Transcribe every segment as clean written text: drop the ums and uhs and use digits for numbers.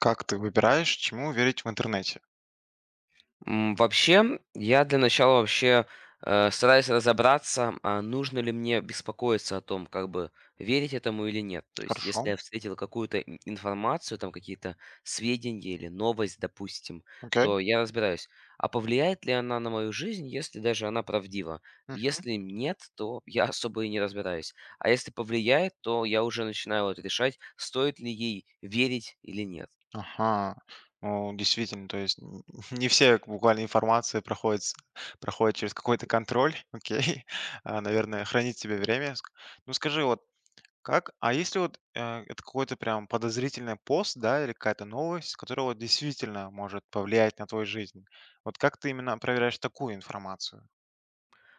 Как ты выбираешь, чему верить в интернете? Вообще, я для начала вообще, стараюсь разобраться, а нужно ли мне беспокоиться о том, как бы верить этому или нет. То есть, Хорошо, если я встретил какую-то ин информацию, там какие-то сведения или новость, допустим, окей. то я разбираюсь, а повлияет ли она на мою жизнь, если даже она правдива? Мгм. Если нет, то я особо и не разбираюсь. А если повлияет, то я уже начинаю вот решать, стоит ли ей верить или нет. Ага. Ну, действительно, то есть не все буквально информация проходит, проходит через какой-то контроль, окей. Наверное, хранить тебе время. Ну, скажи, вот как, а если вот это какой-то прям подозрительный пост, да, или какая-то новость, которая вот действительно может повлиять на твою жизнь, вот как ты именно проверяешь такую информацию?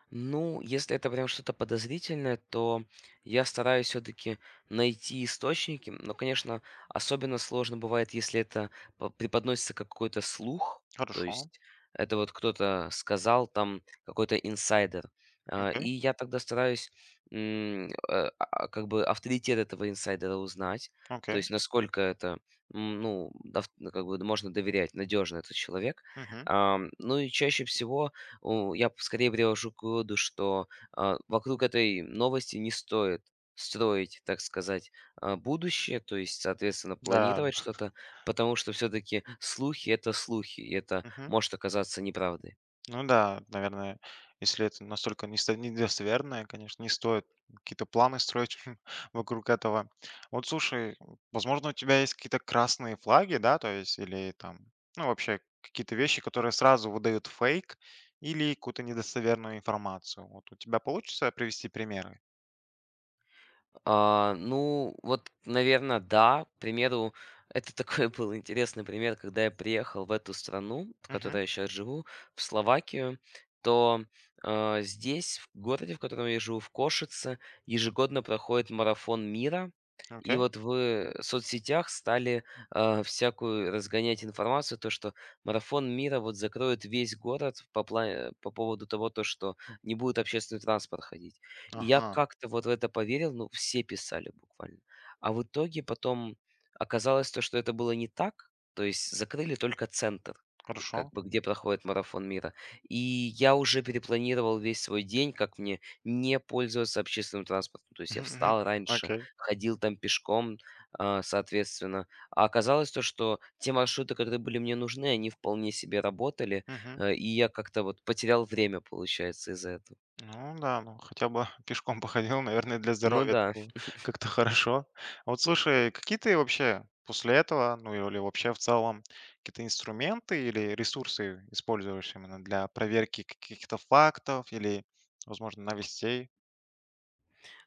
Ну, если это прям что-то подозрительное, то я стараюсь все-таки найти источники. Но, конечно, особенно сложно бывает, если это преподносится как какой-то слух, то Хорошо, есть это вот кто-то сказал, там какой-то инсайдер. А, окей, И я тогда стараюсь как бы авторитет этого инсайдера узнать, то окей, есть насколько это, ну, как бы можно доверять, надежно этот человек. Мгм. Ну и чаще всего я скорее привожу к выводу, что вокруг этой новости не стоит строить, так сказать, будущее, то есть, соответственно, Да. планировать что-то, потому что все-таки слухи это слухи, и это может оказаться неправдой. Ну да, наверное, если это настолько несто недостоверное, конечно, не стоит какие-то планы строить вокруг этого. Вот слушай, возможно, у тебя есть какие-то красные флаги, да, то есть или там, ну, вообще какие-то вещи, которые сразу выдают фейк или какую-то недостоверную информацию. Вот у тебя получится привести примеры? Ну, вот, наверное, да. К примеру, это такой был интересный пример, когда я приехал в эту страну, в Угу. которой я сейчас живу, в Словакию, то здесь, в городе, в котором я живу, в Кошице, ежегодно проходит марафон мира. И Окей. вот в соцсетях стали всякую разгонять информацию, то, что марафон мира вот закроет весь город по поводу того, то, что не будет общественный транспорт ходить. И я Ага. как-то вот в это поверил, ну, все писали буквально. А в итоге потом оказалось то, что это было не так. То есть закрыли только центр, Хорошо. как бы где проходит марафон мира. И я уже перепланировал весь свой день, как мне не пользоваться общественным транспортом. То есть я встал раньше, Окей. ходил там пешком, соответственно. А оказалось то, что те маршруты, которые были мне нужны, они вполне себе работали. Мгм. И я как-то вот потерял время, получается, из-за этого. Ну да, ну хотя бы пешком походил, наверное, для Ну здоровья это да. было как-то хорошо. Вот слушай, какие ты вообще после этого, ну или вообще в целом, какие-то инструменты или ресурсы используешь именно для проверки каких-то фактов или, возможно, новостей?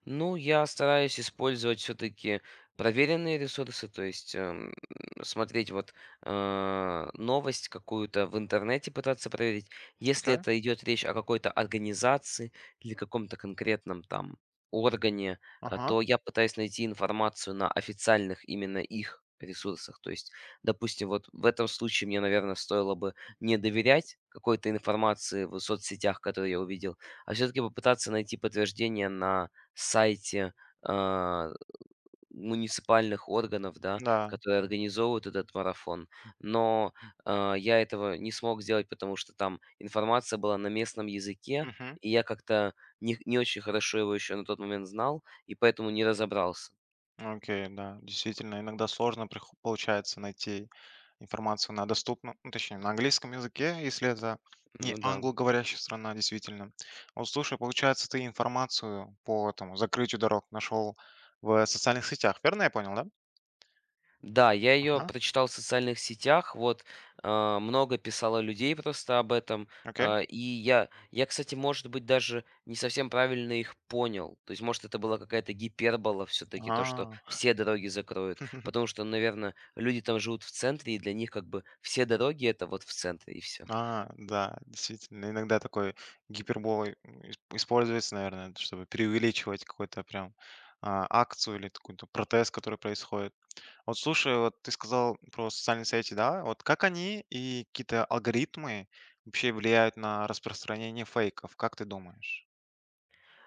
Ну, я стараюсь использовать все-таки проверенные ресурсы, то есть смотреть вот новость какую-то в интернете пытаться проверить. Если Окей, это идет речь о какой-то организации или каком-то конкретном там органе, ага, то я пытаюсь найти информацию на официальных именно их ресурсах. То есть, допустим, вот в этом случае мне, наверное, стоило бы не доверять какой-то информации в соцсетях, которую я увидел, а все-таки попытаться найти подтверждение на сайте, а, муниципальных органов, да, да, которые организовывают этот марафон. Но, я этого не смог сделать, потому что там информация была на местном языке, мгм, и я как-то не очень хорошо его еще на тот момент знал, и поэтому не разобрался. окей, да, действительно, иногда сложно получается найти информация, она доступна, ну, точнее, на английском языке, если это не Ну да. англоговорящая страна, действительно. Вот слушай, получается, ты информацию по этому закрытию дорог нашел в социальных сетях, верно я понял, да? Да, я ее Ага, прочитал в социальных сетях, вот, много писало людей просто об этом, окей. И я, кстати, может быть, даже не совсем правильно их понял. То есть, может, это была какая-то гипербола все-таки, то, что А, все дороги закроют. Потому что, наверное, люди там живут в центре, и для них как бы все дороги это вот в центре, и все. а, да, действительно, иногда такой гиперболой используется, наверное, чтобы преувеличивать какую-то прям акцию или какой-то протест, который происходит. Вот слушай, вот ты сказал про социальные сети, да? Вот как они и какие-то алгоритмы вообще влияют на распространение фейков, как ты думаешь?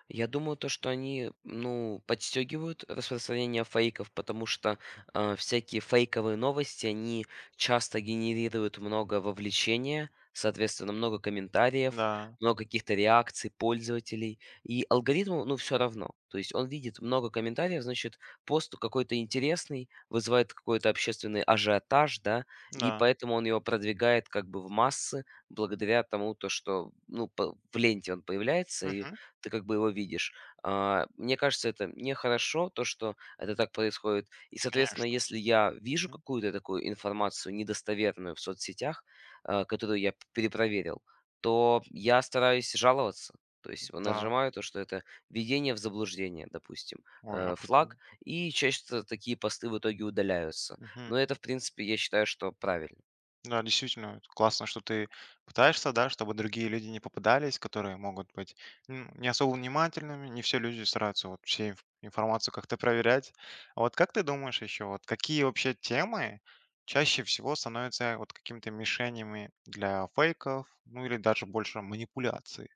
Я думаю, то, что они, ну, подстегивают распространение фейков, потому что всякие фейковые новости, они часто генерируют много вовлечения, соответственно, много комментариев, Да, много каких-то реакций пользователей. И алгоритму, ну, все равно. То есть он видит много комментариев, значит, пост какой-то интересный, вызывает какой-то общественный ажиотаж, да, и да. поэтому он его продвигает как бы в массы благодаря тому, то, что, ну, в ленте он появляется, и Мгм. ты как бы его видишь. Мне кажется, это нехорошо, то, что это так происходит. И, соответственно, Конечно. если я вижу Мгм. какую-то такую информацию недостоверную в соцсетях, которую я перепроверил, то я стараюсь жаловаться. То есть вот Да. нажимаю то, что это введение в заблуждение, допустим, Ой, флаг, определенно. и часто такие посты в итоге удаляются. Мгм. Но это, в принципе, я считаю, что правильно. Да, действительно, это классно, что ты пытаешься, да, чтобы другие люди не попадались, которые могут быть м, не особо внимательными, не все люди стараются вот все информацию как-то проверять. А вот как ты думаешь еще, вот какие вообще темы чаще всего становятся вот какими-то мишенями для фейков, ну или даже больше манипуляций?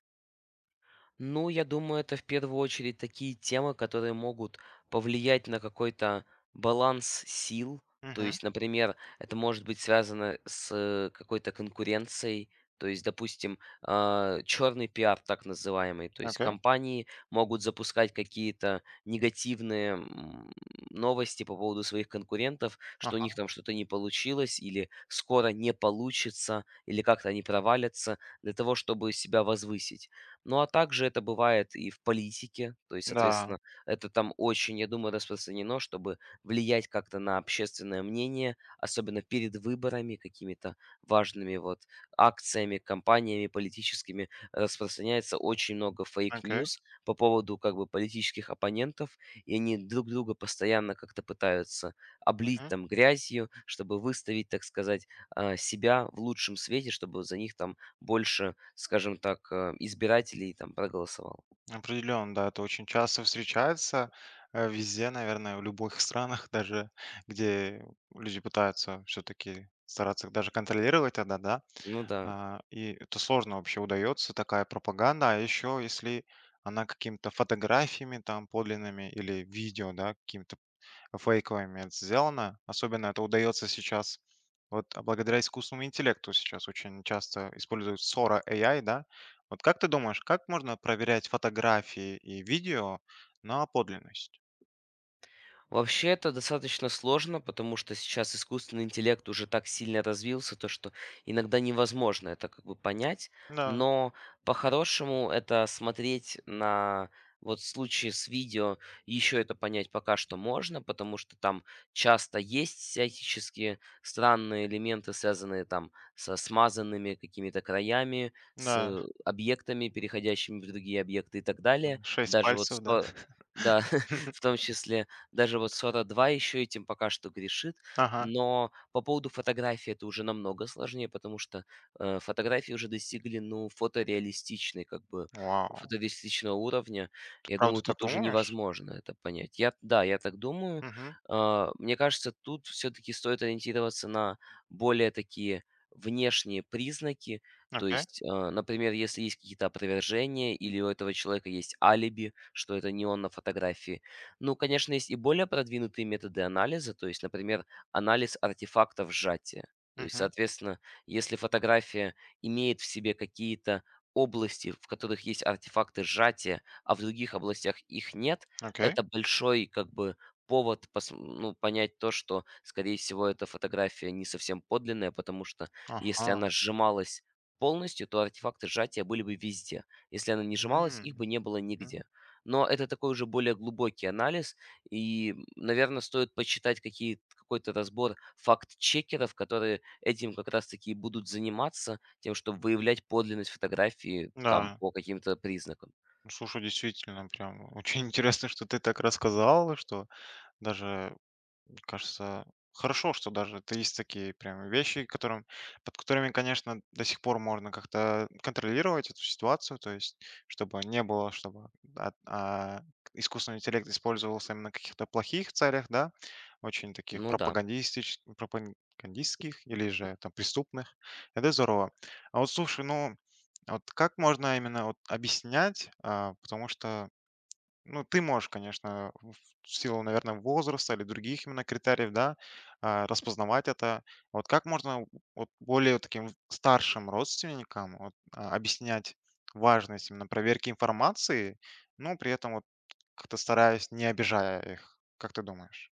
Ну, я думаю, это в первую очередь такие темы, которые могут повлиять на какой-то баланс сил. То Угу, есть, например, это может быть связано с какой-то конкуренцией. То есть, допустим, черный пиар, так называемый. То есть окей, компании могут запускать какие-то негативные новости по поводу своих конкурентов, что у ага, них там что-то не получилось или скоро не получится, или как-то они провалятся для того, чтобы себя возвысить. Ну, а также это бывает и в политике, то есть, да, соответственно, это там очень, я думаю, распространено, чтобы влиять как-то на общественное мнение, особенно перед выборами, какими-то важными вот акциями, кампаниями политическими. Распространяется очень много окей, фейк-ньюс по поводу как бы политических оппонентов, и они друг друга постоянно как-то пытаются облить там грязью, чтобы выставить, так сказать, себя в лучшем свете, чтобы за них там больше, скажем так, избирателей там проголосовало. определенно, да, это очень часто встречается везде, наверное, в любых странах, даже где люди пытаются все-таки стараться даже контролировать это, да, Ну да. И это сложно вообще удается, такая пропаганда, а еще если она какими-то фотографиями там подлинными или видео, да, какими-то фейковыми это сделано. Особенно это удается сейчас вот благодаря искусственному интеллекту сейчас очень часто используют Sora AI, да. Вот как ты думаешь, как можно проверять фотографии и видео на подлинность? Вообще это достаточно сложно, потому что сейчас искусственный интеллект уже так сильно развился, то что иногда невозможно это как бы понять. Да, Но по-хорошему это смотреть на вот случае с видео еще это понять пока что можно, потому что там часто есть всяческие странные элементы, связанные там со смазанными какими-то краями, с да, объектами, переходящими в другие объекты и так далее. шесть Даже вот пальцев, да. Да, в том числе даже вот 42 еще этим пока что грешит. Ага. Но по поводу фотографии это уже намного сложнее, потому что, фотографии уже достигли, ну, Вау! фотореалистичного уровня. Ты Я правда думаю, так тут уже думаешь? невозможно это понять. Я да, я так думаю. Мгм. Мне кажется, тут все-таки стоит ориентироваться на более такие внешние признаки. То Окей. есть, например, если есть какие-то опровержения или у этого человека есть алиби, что это не он на фотографии, ну, конечно, есть и более продвинутые методы анализа, то есть, например, анализ артефактов сжатия. То есть, Мгм. соответственно, если фотография имеет в себе какие-то области, в которых есть артефакты сжатия, а в других областях их нет, Окей. это большой как бы повод ну, понять то, что, скорее всего, эта фотография не совсем подлинная, потому что если Ага. она сжималась полностью, то артефакты сжатия были бы везде. Если она не сжималась, их М. бы не было Мгм. нигде. Но это такой уже более глубокий анализ, и, наверное, стоит почитать какие какой-то разбор факт-чекеров, которые этим как раз таки и будут заниматься, тем, чтобы выявлять подлинность фотографии там Да. по каким-то признакам. Ну, слушай, действительно, прям очень интересно, что ты так рассказал, что даже мне кажется, хорошо, что даже это есть такие прям вещи, которым, под которыми, конечно, до сих пор можно как-то контролировать эту ситуацию, то есть чтобы не было, чтобы от- а, искусственный интеллект использовался именно в каких-то плохих целях, да, очень таких Ну да. Пропагандистских или же там преступных. Это здорово. А вот слушай, ну, а вот как можно именно вот объяснять, а, потому что ну, ты можешь, конечно, в силу, наверное, возраста или других именно критериев, да, распознавать это. Вот как можно вот более таким старшим родственникам вот, объяснять важность именно проверки информации, но при этом вот как-то стараясь, не обижая их? Как ты думаешь?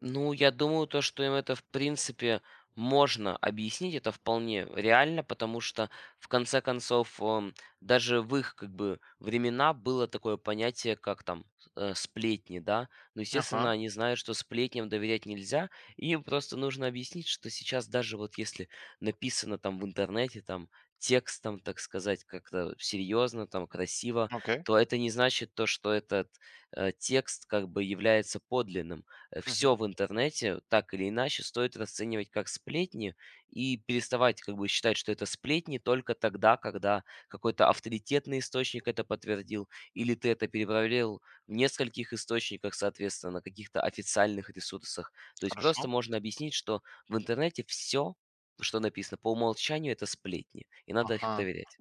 Ну, я думаю, то, что им это, в принципе, можно объяснить, это вполне реально, потому что, в конце концов, даже в их, как бы, времена было такое понятие, как там сплетни, да. Но, естественно, Ага, они знают, что сплетням доверять нельзя, и им просто нужно объяснить, что сейчас даже вот если написано там в интернете, там, текстом, так сказать, как-то серьезно, там, красиво, окей, то это не значит то, что этот текст как бы является подлинным. мгм, Все в интернете так или иначе стоит расценивать как сплетни и переставать как бы считать, что это сплетни только тогда, когда какой-то авторитетный источник это подтвердил, или ты это перепроверил в нескольких источниках, соответственно, на каких-то официальных ресурсах. То есть хорошо. просто можно объяснить, что в интернете все, что написано по умолчанию, это сплетни, и надо их Ага. проверять.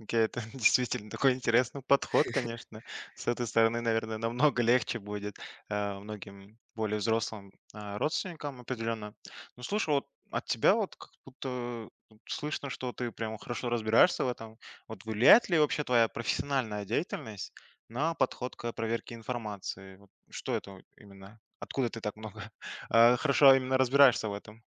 Окей, это действительно такой интересный подход, конечно. С этой стороны, наверное, намного легче будет э, многим более взрослым э, родственникам определенно. Ну, слушай, вот от тебя вот как будто слышно, что ты прям хорошо разбираешься в этом. Вот влияет ли вообще твоя профессиональная деятельность на подход к проверке информации? Вот что это именно? Откуда ты так много хорошо именно разбираешься в этом?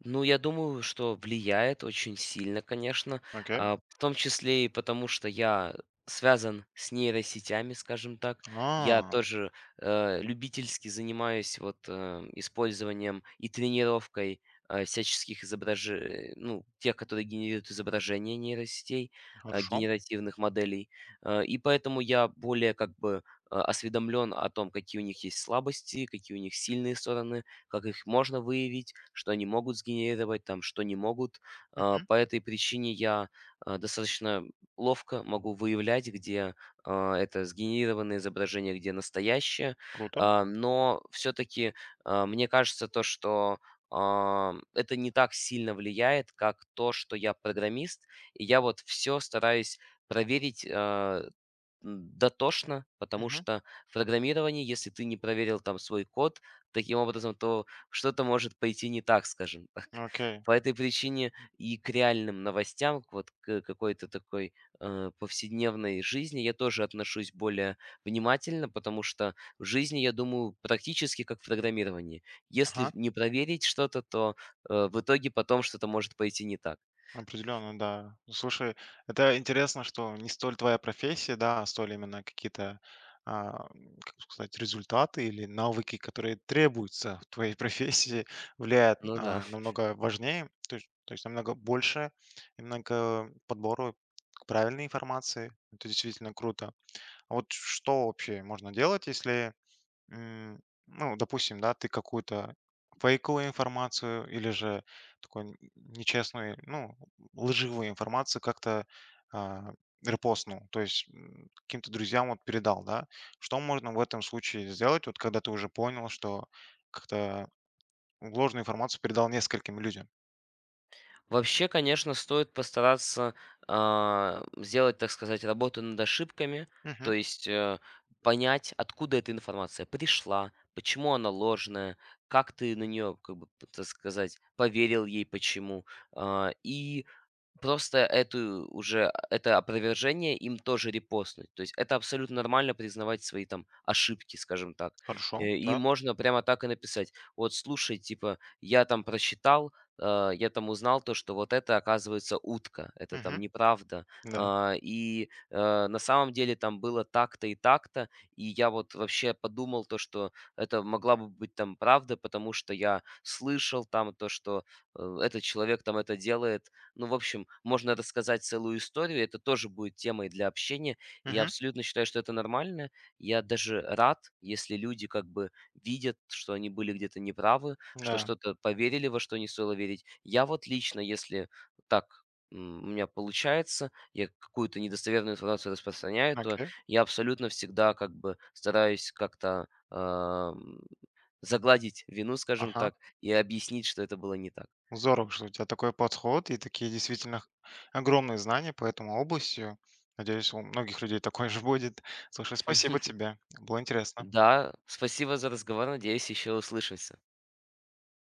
Ну, я думаю, что влияет очень сильно, конечно, Окей. В том числе и потому, что я связан с нейросетями, скажем так. Я А, тоже любительски занимаюсь вот использованием и тренировкой всяческих изображений, ну, тех, которые генерируют изображения нейросетей, хорошо. генеративных моделей. И поэтому я более как бы осведомлен о том, какие у них есть слабости, какие у них сильные стороны, как их можно выявить, что они могут сгенерировать, там, что не могут. А, Мгм. по этой причине достаточно ловко могу выявлять, где, это сгенерированное изображение, где настоящее. Круто. Но все-таки, мне кажется, то, что, это не так сильно влияет, как то, что я программист. И я вот все стараюсь проверить, дотошно, потому Мгм. что в программировании, если ты не проверил там свой код таким образом, то что-то может пойти не так, скажем так. Окей. По этой причине и к реальным новостям, к какой-то такой повседневной жизни я тоже отношусь более внимательно, потому что в жизни, я думаю, практически как в программировании. Если Ага. не проверить что-то, то в итоге потом что-то может пойти не так. Определенно, да. Ну, слушай, это интересно, что не столь твоя профессия, да, а столь именно какие-то, а, м, как бы сказать, результаты или навыки, которые требуются в твоей профессии, влияют Ну да. Намного важнее, то есть намного больше, немного подбору правильной информации. Это действительно круто. А вот что вообще можно делать, если м, ну, допустим, да, ты какую-то фейковую информацию или же такой нечестную, ну, лживую информацию как-то а, репостнул, то есть м, каким-то друзьям вот передал, да, что можно в этом случае сделать, вот когда ты уже понял, что как-то ложную информацию передал нескольким людям? Вообще, конечно, стоит постараться сделать, так сказать, работу над ошибками, Мгм. то есть понять, откуда эта информация пришла, почему она ложная, как ты на нее, как бы, так сказать, поверил ей, почему. И просто эту уже это опровержение им тоже репостнуть. То есть это абсолютно нормально признавать свои там ошибки, скажем так. Э, Хорошо, и да. можно прямо так и написать: "Вот слушай, типа, я там узнал то, что вот это, оказывается, утка, это там Мгм. неправда. Да. На самом деле там было так-то и так-то. И я вот вообще подумал то, что это могла бы быть там правда, потому что я слышал там то, что, этот человек там это делает, ну, в общем, можно рассказать целую историю, это тоже будет темой для общения. И я Мгм. абсолютно считаю, что это нормально. Я даже рад, если люди как бы видят, что они были где-то неправы, что Да. что-то поверили, во что не стоило верить. Я вот лично, если так у меня получается, я какую-то недостоверную информацию распространяю, то Окей. я абсолютно всегда как бы стараюсь как-то загладить вину, скажем Ага. так, и объяснить, что это было не так. Здорово, что у тебя такой подход и такие действительно огромные знания по этому области. Надеюсь, у многих людей такое же будет. Слушай, спасибо тебе. Было интересно. Да, спасибо за разговор. Надеюсь, еще услышимся.